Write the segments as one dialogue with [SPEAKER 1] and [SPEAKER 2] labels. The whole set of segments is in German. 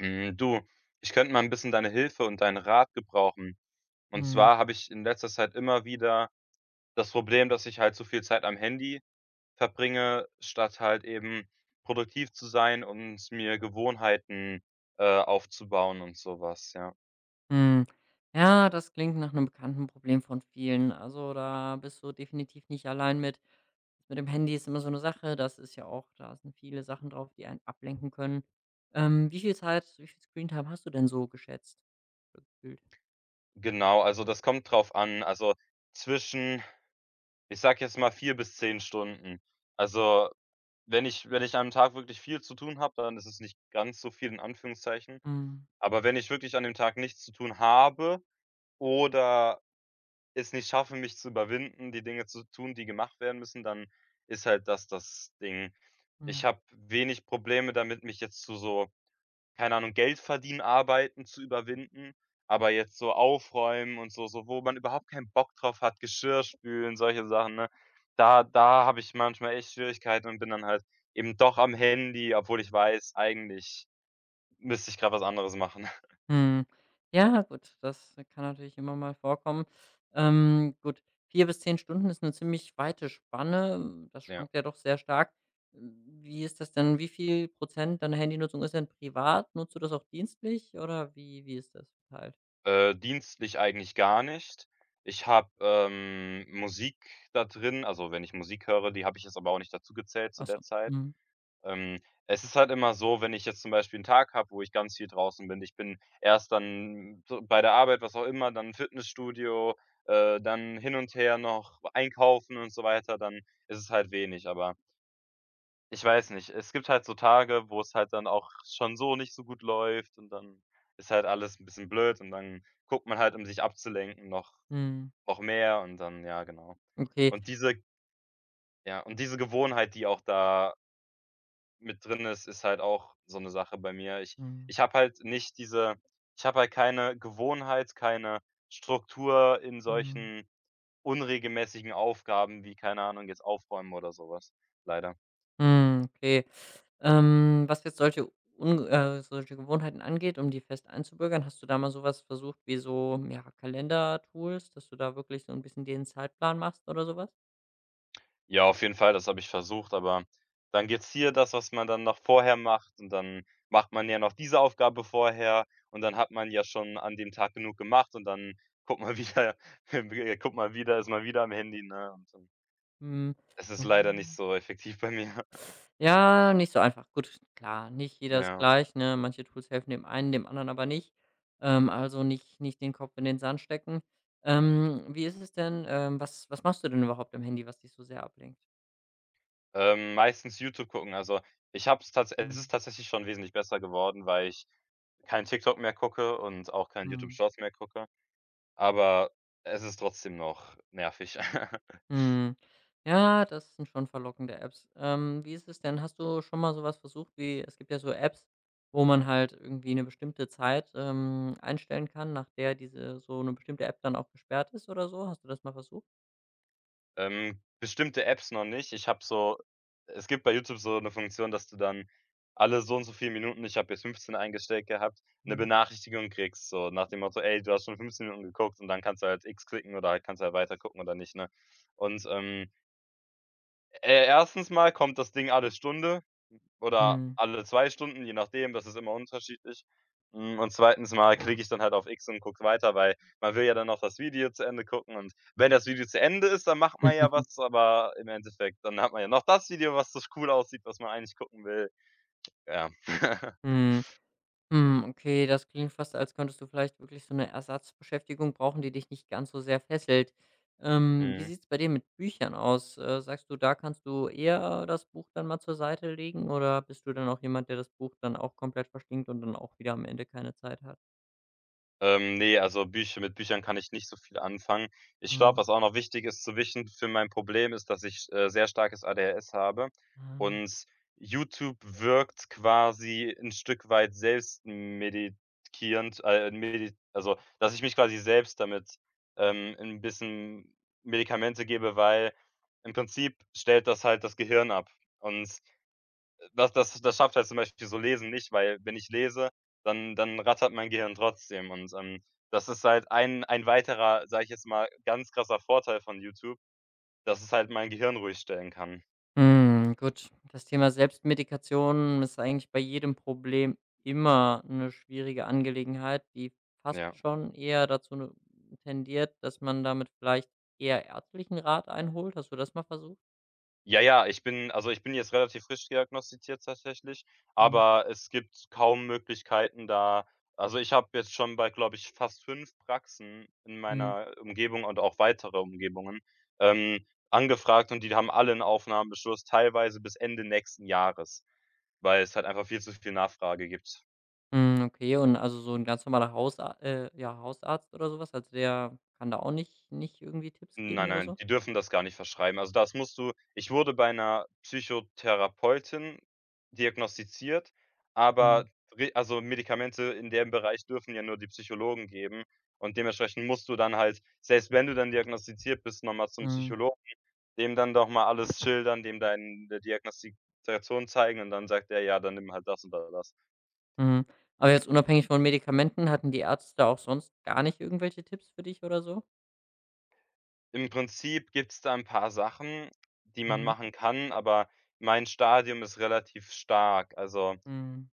[SPEAKER 1] Du, ich könnte mal ein bisschen deine Hilfe und deinen Rat gebrauchen. Und
[SPEAKER 2] Mhm.
[SPEAKER 1] zwar habe ich in letzter Zeit immer wieder das Problem, dass ich halt zu viel Zeit am Handy verbringe, statt halt eben produktiv zu sein und mir Gewohnheiten aufzubauen und sowas. Ja.
[SPEAKER 2] Mhm. Ja, das klingt nach einem bekannten Problem von vielen. Also, da bist du definitiv nicht allein mit. Mit dem Handy ist immer so eine Sache, das ist ja auch da sind viele Sachen drauf, die einen ablenken können. Wie viel Zeit wie viel Screentime hast du denn so geschätzt oder gefühlt?
[SPEAKER 1] Genau, also das kommt drauf an. Also zwischen, ich sag jetzt mal 4 bis 10 Stunden. Also, wenn ich am Tag wirklich viel zu tun habe, dann ist es nicht ganz so viel in Anführungszeichen.
[SPEAKER 2] Mhm.
[SPEAKER 1] Aber wenn ich wirklich an dem Tag nichts zu tun habe oder es nicht schaffe, mich zu überwinden, die Dinge zu tun, die gemacht werden müssen, dann ist halt das Ding. Ich
[SPEAKER 2] Mhm.
[SPEAKER 1] habe wenig Probleme damit, mich jetzt zu so, keine Ahnung, Geld verdienen, arbeiten zu überwinden, aber jetzt so aufräumen und so so, wo man überhaupt keinen Bock drauf hat, Geschirr spülen, solche Sachen, ne? Da habe ich manchmal echt Schwierigkeiten und bin dann halt eben doch am Handy, obwohl ich weiß, eigentlich müsste ich gerade was anderes machen.
[SPEAKER 2] Mhm. Ja, gut, das kann natürlich immer mal vorkommen. Gut, 4 bis 10 Stunden ist eine ziemlich weite Spanne. Das
[SPEAKER 1] Ja.
[SPEAKER 2] schwankt ja doch sehr stark. Wie ist das denn? Wie viel Prozent deiner Handynutzung ist denn privat? Nutzt du das auch dienstlich oder wie ist das verteilt?
[SPEAKER 1] Dienstlich eigentlich gar nicht. Ich habe Musik da drin, also, wenn ich Musik höre, die habe ich jetzt aber auch nicht dazu gezählt zu
[SPEAKER 2] Ach so.
[SPEAKER 1] der Zeit.
[SPEAKER 2] Mhm.
[SPEAKER 1] Ähm, Es ist halt immer so, wenn ich jetzt zum Beispiel einen Tag habe, wo ich ganz viel draußen bin, ich bin erst dann so bei der Arbeit, was auch immer, dann Fitnessstudio, dann hin und her noch einkaufen und so weiter, dann ist es halt wenig, aber ich weiß nicht. Es gibt halt so Tage, wo es halt dann auch schon so nicht so gut läuft und dann ist halt alles 'n bisschen blöd und dann guckt man halt, um sich abzulenken, noch
[SPEAKER 2] Mhm.
[SPEAKER 1] noch mehr, und dann ja, genau.
[SPEAKER 2] Okay.
[SPEAKER 1] Und diese, ja, und diese Gewohnheit, die auch da mit drin ist, ist halt auch so 'ne Sache bei mir.
[SPEAKER 2] Mhm.
[SPEAKER 1] Ich habe halt nicht diese ich habe halt keine Gewohnheit, keine Struktur in
[SPEAKER 2] Mhm.
[SPEAKER 1] solchen unregelmäßigen Aufgaben wie, keine Ahnung, jetzt Aufräumen oder so was, leider.
[SPEAKER 2] Hm, okay. Was jetzt solche un solche Gewohnheiten angeht, um die fest einzubürgern, hast du da mal sowas versucht wie so, ja, Kalender-Tools, dass du da wirklich so ein bisschen den Zeitplan machst oder sowas?
[SPEAKER 1] Ja, auf jeden Fall, das habe ich versucht, aber dann gibt's hier das, was man dann noch vorher macht, und dann macht man ja noch diese Aufgabe vorher und dann hat man ja schon an dem Tag genug gemacht und dann guckt man wieder guckt man wieder ist man wieder am Handy, ne? Und dann,
[SPEAKER 2] Hm.
[SPEAKER 1] es ist
[SPEAKER 2] Ja.
[SPEAKER 1] leider nicht so effektiv bei mir.
[SPEAKER 2] Ja, nicht so einfach. Gut, klar, nicht jeder ist
[SPEAKER 1] Ja.
[SPEAKER 2] gleich, ne? Manche Tools helfen dem einen, dem anderen aber nicht. Also nicht den Kopf in den Sand stecken. Wie ist es denn, was machst du denn überhaupt am Handy, was dich so sehr ablenkt?
[SPEAKER 1] Meistens YouTube gucken. Also, ich habe es tats es
[SPEAKER 2] Mhm.
[SPEAKER 1] ist tatsächlich schon wesentlich besser geworden, weil ich kein TikTok mehr gucke und auch kein YouTube
[SPEAKER 2] Mhm.
[SPEAKER 1] Shorts mehr gucke, aber es ist trotzdem noch nervig.
[SPEAKER 2] Mhm. Ja, das sind schon verlockende Apps. Wie ist es denn? Hast du schon mal so was versucht wie es gibt ja so Apps, wo man halt irgendwie eine bestimmte Zeit, einstellen kann, nach der diese so eine bestimmte App dann auch gesperrt ist oder so? Hast du das mal versucht?
[SPEAKER 1] Bestimmte Apps noch nicht. Ich habe so es gibt bei YouTube so eine Funktion, dass du dann alle so und so viele Minuten — ich habe jetzt 15 eingestellt gehabt — eine
[SPEAKER 2] Mhm.
[SPEAKER 1] Benachrichtigung kriegst, so nach dem Motto: „Ey, du hast schon 15 Minuten geguckt“, und dann kannst du halt X klicken oder halt kannst du halt weiter gucken oder nicht, ne? Und, e erstens mal kommt das Ding alle Stunde. Oder
[SPEAKER 2] Mhm.
[SPEAKER 1] alle 2 Stunden, je nachdem, das ist immer unterschiedlich. Und zweitens Mal klicke ich dann halt auf X und gucke weiter, weil man will ja dann noch das Video zu Ende gucken, und wenn das Video zu Ende ist, dann macht man ja
[SPEAKER 2] Mhm.
[SPEAKER 1] was, aber im Endeffekt dann hat man ja noch das Video, was so cool aussieht, was man eigentlich gucken will. Ja.
[SPEAKER 2] Hm, okay, das klingt fast, als könntest du vielleicht wirklich so eine Ersatzbeschäftigung brauchen, die dich nicht ganz so sehr fesselt. Wie
[SPEAKER 1] Mhm.
[SPEAKER 2] sieht's bei dir mit Büchern aus? Sagst du, da kannst du eher das Buch dann mal zur Seite legen oder bist du dann auch jemand, der das Buch dann auch komplett verschlingt und dann auch wieder am Ende keine Zeit hat?
[SPEAKER 1] Ne, also Bücher, mit Büchern kann ich nicht so viel anfangen. Ich glaube,
[SPEAKER 2] Mhm.
[SPEAKER 1] was auch noch wichtig ist zu wissen für mein Problem ist, dass ich sehr starkes ADHS habe, und
[SPEAKER 2] Ah.
[SPEAKER 1] YouTube wirkt quasi ein Stück weit selbstmedikierend, medi also, dass ich mich quasi selbst damit 'n bisschen Medikamente gebe, weil im Prinzip stellt das halt das Gehirn ab, und das schafft halt zum Beispiel so Lesen nicht, weil wenn ich lese, dann rattert mein Gehirn trotzdem, und das ist halt ein weiterer, sage ich jetzt mal, ganz krasser Vorteil von YouTube, dass es halt mein Gehirn ruhig stellen kann.
[SPEAKER 2] Hm, gut. Das Thema Selbstmedikation ist eigentlich bei jedem Problem immer eine schwierige Angelegenheit, die fast
[SPEAKER 1] Ja.
[SPEAKER 2] schon eher dazu ne tendiert, dass man damit vielleicht eher ärztlichen Rat einholt. Hast du das mal versucht?
[SPEAKER 1] Ja, ja, ich bin jetzt relativ frisch diagnostiziert tatsächlich,
[SPEAKER 2] Mhm.
[SPEAKER 1] aber es gibt kaum Möglichkeiten da, also, ich habe jetzt schon bei, glaube ich, fast 5 Praxen in
[SPEAKER 2] Mhm.
[SPEAKER 1] meiner Umgebung und auch weitere Umgebungen angefragt, und die haben alle einen Aufnahmebeschluss, teilweise bis Ende nächsten Jahres, weil es halt einfach viel zu viel Nachfrage gibt.
[SPEAKER 2] Hm, okay. Und also so ein ganz normaler Hausa ja, Hausarzt oder sowas, also der kann da auch nicht irgendwie Tipps geben
[SPEAKER 1] Nein,
[SPEAKER 2] oder
[SPEAKER 1] nein,
[SPEAKER 2] so?
[SPEAKER 1] die dürfen das gar nicht verschreiben. Also, das musst du ich wurde bei 'ner Psychotherapeutin diagnostiziert,
[SPEAKER 2] Mhm.
[SPEAKER 1] aber re also, Medikamente in dem Bereich dürfen ja nur die Psychologen geben, und dementsprechend musst du dann halt, selbst wenn du dann diagnostiziert bist, noch mal zum
[SPEAKER 2] Mhm.
[SPEAKER 1] Psychologen, dem dann doch mal alles schildern, dem deine Diagnostikation zeigen, und dann sagt er: „Ja, dann nimm halt das und da das.“
[SPEAKER 2] Mhm. Aber jetzt unabhängig von Medikamenten, hatten die Ärzte auch sonst gar nicht irgendwelche Tipps für dich oder so?
[SPEAKER 1] Im Prinzip gibt's da 'n paar Sachen, die man
[SPEAKER 2] Mhm.
[SPEAKER 1] machen kann, aber mein Stadium ist relativ stark. Also,
[SPEAKER 2] Mhm.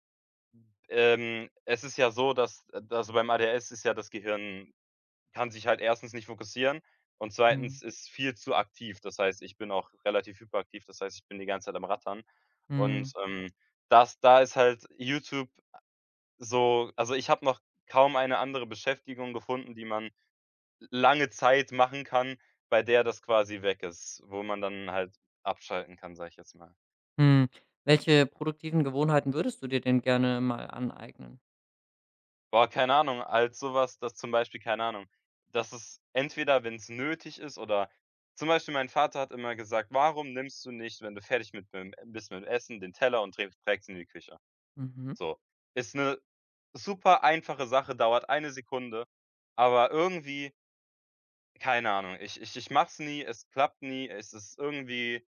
[SPEAKER 1] Es ist ja so, dass also, beim ADHS ist ja das Gehirn, kann sich halt erstens nicht fokussieren und
[SPEAKER 2] Mhm.
[SPEAKER 1] zweitens ist viel zu aktiv. Das heißt, ich bin auch relativ hyperaktiv, das heißt, ich bin die ganze Zeit am Rattern, und,
[SPEAKER 2] Mhm.
[SPEAKER 1] das da ist halt YouTube so also, ich habe noch kaum eine andere Beschäftigung gefunden, die man lange Zeit machen kann, bei der das quasi weg ist, wo man dann halt abschalten kann, sage ich jetzt mal.
[SPEAKER 2] Mhm. Welche produktiven Gewohnheiten würdest du dir denn gerne mal aneignen?
[SPEAKER 1] Boah, keine Ahnung, als sowas, dass zum Beispiel, keine Ahnung, dass es entweder, wenn es nötig ist, oder zum Beispiel, mein Vater hat immer gesagt: „Warum nimmst du nicht, wenn du fertig mit bim bist mit Essen, den Teller und trägst ihn in die Küche?“
[SPEAKER 2] Mhm.
[SPEAKER 1] So. Ist eine super einfache Sache, dauert eine Sekunde, aber irgendwie, keine Ahnung, ich mach's nie, es klappt nie, es ist irgendwie,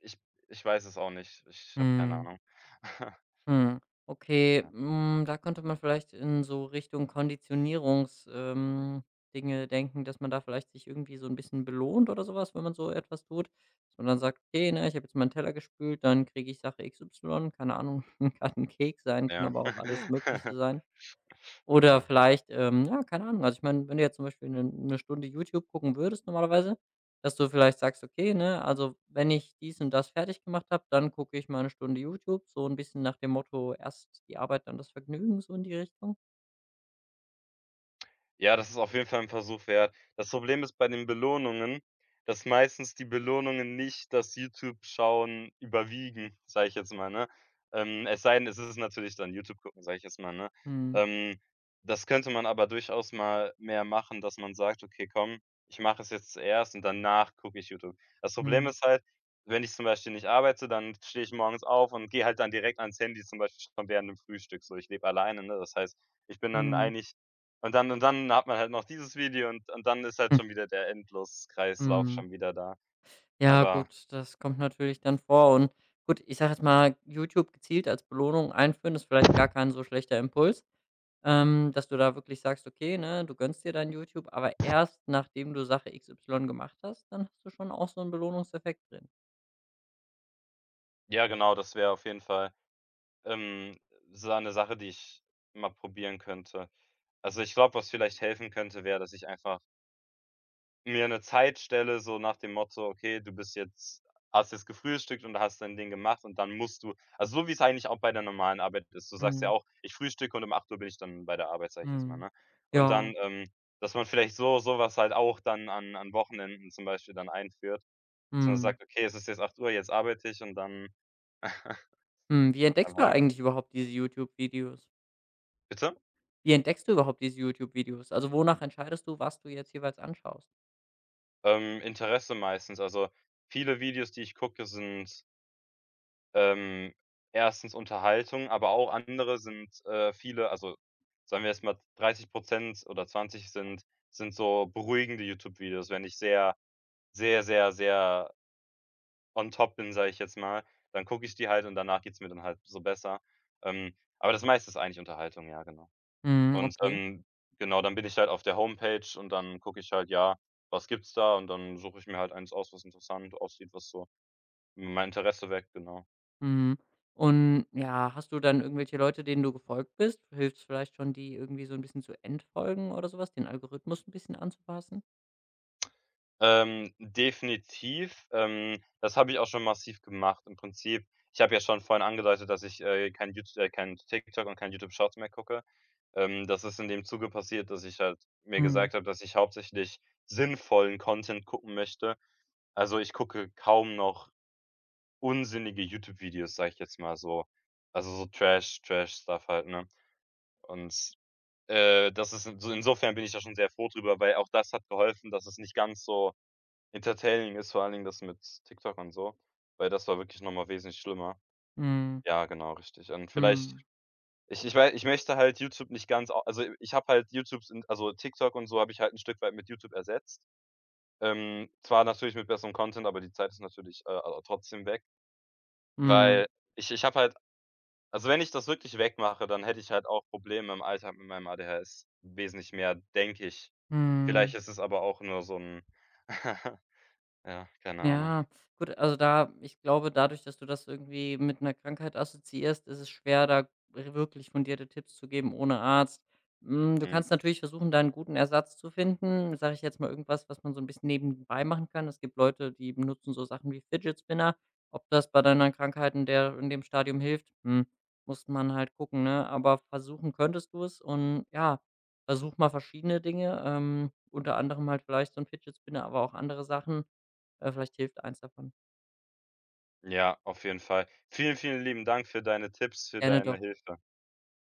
[SPEAKER 1] ich ich weiß es auch nicht. Ich habe keine
[SPEAKER 2] Mhm.
[SPEAKER 1] Ahnung.
[SPEAKER 2] Mhm. Okay,
[SPEAKER 1] Ja.
[SPEAKER 2] hm, da könnte man vielleicht in so Richtung Konditionierungs- Dinge denken, dass man da vielleicht sich irgendwie so ein bisschen belohnt oder sowas, wenn man so etwas tut. Dass man dann sagt: „Okay, ne, ich habe jetzt meinen Teller gespült, dann kriege ich Sache XY.“ Keine Ahnung, kann ein Keks sein, kann
[SPEAKER 1] Ja.
[SPEAKER 2] aber auch alles Mögliche sein. Oder
[SPEAKER 1] Ja.
[SPEAKER 2] vielleicht, ja, keine Ahnung. Also, ich meine, wenn du jetzt zum Beispiel eine Stunde YouTube gucken würdest normalerweise, dass du vielleicht sagst: „Okay, ne, also, wenn ich dies und das fertig gemacht habe, dann gucke ich mal eine Stunde YouTube.“ So ein bisschen nach dem Motto: „Erst die Arbeit, dann das Vergnügen“, so in die Richtung?
[SPEAKER 1] Ja, das ist auf jeden Fall ein Versuch wert. Das Problem ist bei den Belohnungen, dass meistens die Belohnungen nicht das YouTube-Schauen überwiegen, sage ich jetzt mal, ne? Es sei denn, es ist natürlich dann YouTube gucken, sage ich jetzt mal, ne?
[SPEAKER 2] Mhm,
[SPEAKER 1] Ähm, Das könnte man aber durchaus mal mehr machen, dass man sagt: „Okay, komm, ich mache es jetzt zuerst und danach gucke ich YouTube.“ Das Problem
[SPEAKER 2] mhm,
[SPEAKER 1] ist halt, wenn ich zum Beispiel nicht arbeite, dann stehe ich morgens auf und gehe halt dann direkt ans Handy, zum Beispiel schon während dem Frühstück so. Ich lebe alleine, ne? Das heißt, ich bin dann
[SPEAKER 2] mhm,
[SPEAKER 1] eigentlich, und dann hat man halt noch dieses Video, und dann ist halt
[SPEAKER 2] hm,
[SPEAKER 1] schon wieder der Endlos-Kreislauf
[SPEAKER 2] mhm.
[SPEAKER 1] schon wieder da.
[SPEAKER 2] Ja,
[SPEAKER 1] Aber
[SPEAKER 2] gut, das kommt natürlich dann vor und gut, ich sage jetzt mal, YouTube gezielt als Belohnung einführen ist vielleicht gar kein so schlechter Impuls. Dass du da wirklich sagst, okay, ne, du gönnst dir dein YouTube, aber erst nachdem du Sache XY gemacht hast, dann hast du schon auch so einen Belohnungseffekt drin.
[SPEAKER 1] ja, genau, das wäre auf jeden Fall, ähm, so eine Sache, die ich mal probieren könnte. Also, ich glaube, was vielleicht helfen könnte, wäre, dass ich einfach mir 'ne Zeit stelle, so nach dem Motto: „Okay, du bist jetzt, hast jetzt gefrühstückt und hast dein Ding gemacht, und dann musst du“, also, so wie's eigentlich auch bei der normalen Arbeit ist. Du sagst ja
[SPEAKER 2] Mhm,
[SPEAKER 1] auch: „Ich frühstücke, und um 8 Uhr bin ich dann bei der Arbeit“, sage ich jetzt mal,
[SPEAKER 2] mhm.
[SPEAKER 1] ne? Und
[SPEAKER 2] Ja,
[SPEAKER 1] dann dass man vielleicht so was halt auch dann an Wochenenden zum Beispiel dann einführt, dass man
[SPEAKER 2] mhm.
[SPEAKER 1] sagt: „Okay, es ist jetzt 8 Uhr, jetzt arbeite ich“, und dann
[SPEAKER 2] Hm, wie entdeckst du
[SPEAKER 1] aber
[SPEAKER 2] eigentlich überhaupt diese YouTube-Videos?
[SPEAKER 1] bitte?
[SPEAKER 2] Wie entdeckst du überhaupt diese YouTube-Videos? Also, wonach entscheidest du, was du jetzt jeweils anschaust?
[SPEAKER 1] Interesse meistens. Also, viele Videos, die ich gucke, sind, Ähm, erstens Unterhaltung, aber auch andere sind, sagen wir jetzt mal 30 oder 20, sind so beruhigende YouTube-Videos. Wenn ich sehr, sehr, sehr, sehr on top bin, sage ich jetzt mal, dann gucke ich die halt, und danach geht's mir dann halt so besser. Aber das meiste ist eigentlich Unterhaltung, ja, genau.
[SPEAKER 2] Mhm,
[SPEAKER 1] Und
[SPEAKER 2] okay.
[SPEAKER 1] genau, dann bin ich halt auf der Homepage und dann gucke ich halt, ja, was gibt's da? Und dann suche ich mir halt eins aus, was interessant aussieht, was so mein Interesse weckt, genau.
[SPEAKER 2] Mhm. Und, ja, hast du dann irgendwelche Leute, denen du gefolgt bist? Hilft es vielleicht schon, die irgendwie so ein bisschen zu entfolgen oder sowas, den Algorithmus ein bisschen anzupassen?
[SPEAKER 1] Definitiv. Das habe ich auch schon massiv gemacht. Im Prinzip ich habe ja schon vorhin angedeutet, dass ich kein TikTok und kein YouTube Shorts mehr gucke. Das ist in dem Zuge passiert, dass ich halt mir
[SPEAKER 2] Mhm,
[SPEAKER 1] gesagt habe, dass ich hauptsächlich sinnvollen Content gucken möchte. Also, ich gucke kaum noch unsinnige YouTube-Videos, sage ich jetzt mal so. Also, so Trash-Stuff halt, ne? Und das ist in so insofern, bin ich da schon sehr froh drüber, weil auch das hat geholfen, dass es nicht ganz so entertaining ist, vor allen Dingen das mit TikTok und so, weil das war wirklich noch mal wesentlich schlimmer.
[SPEAKER 2] mhm,
[SPEAKER 1] Ja, genau, richtig. Und vielleicht,
[SPEAKER 2] mhm.
[SPEAKER 1] ich möchte halt YouTube nicht ganz au also, ich habe halt YouTube in also, TikTok und so habe ich halt 'n Stück weit mit YouTube ersetzt. Zwar natürlich mit besserem Content, aber die Zeit ist natürlich, trotzdem weg,
[SPEAKER 2] Mhm.
[SPEAKER 1] weil ich habe halt, also, wenn ich das wirklich wegmache, dann hätte ich halt auch Probleme im Alltag mit meinem ADHS wesentlich mehr, denke ich. Vielleicht
[SPEAKER 2] Mhm.
[SPEAKER 1] ist es aber auch nur so 'n ja, keine Ahnung.
[SPEAKER 2] Ja, gut, also da ich glaube, dadurch, dass du das irgendwie mit einer Krankheit assoziierst, ist es schwer, da r wirklich fundierte Tipps zu geben ohne Arzt. Hm, du
[SPEAKER 1] Mhm.
[SPEAKER 2] kannst natürlich versuchen, da einen guten Ersatz zu finden, sage ich jetzt mal irgendwas, was man so ein bisschen nebenbei machen kann. Es gibt Leute, die benutzen so Sachen wie Fidget Spinner. Ob das bei deiner Krankheit in der in dem Stadium hilft, hm, muss man halt gucken, ne? Aber versuchen könntest du es und ja, versuch mal verschiedene Dinge, unter anderem halt vielleicht so ein Fidget Spinner, aber auch andere Sachen. Vielleicht hilft eins davon.
[SPEAKER 1] Ja, auf jeden Fall. Vielen, vielen lieben Dank für deine Tipps, für
[SPEAKER 2] Gerne
[SPEAKER 1] deine
[SPEAKER 2] doch.
[SPEAKER 1] Hilfe.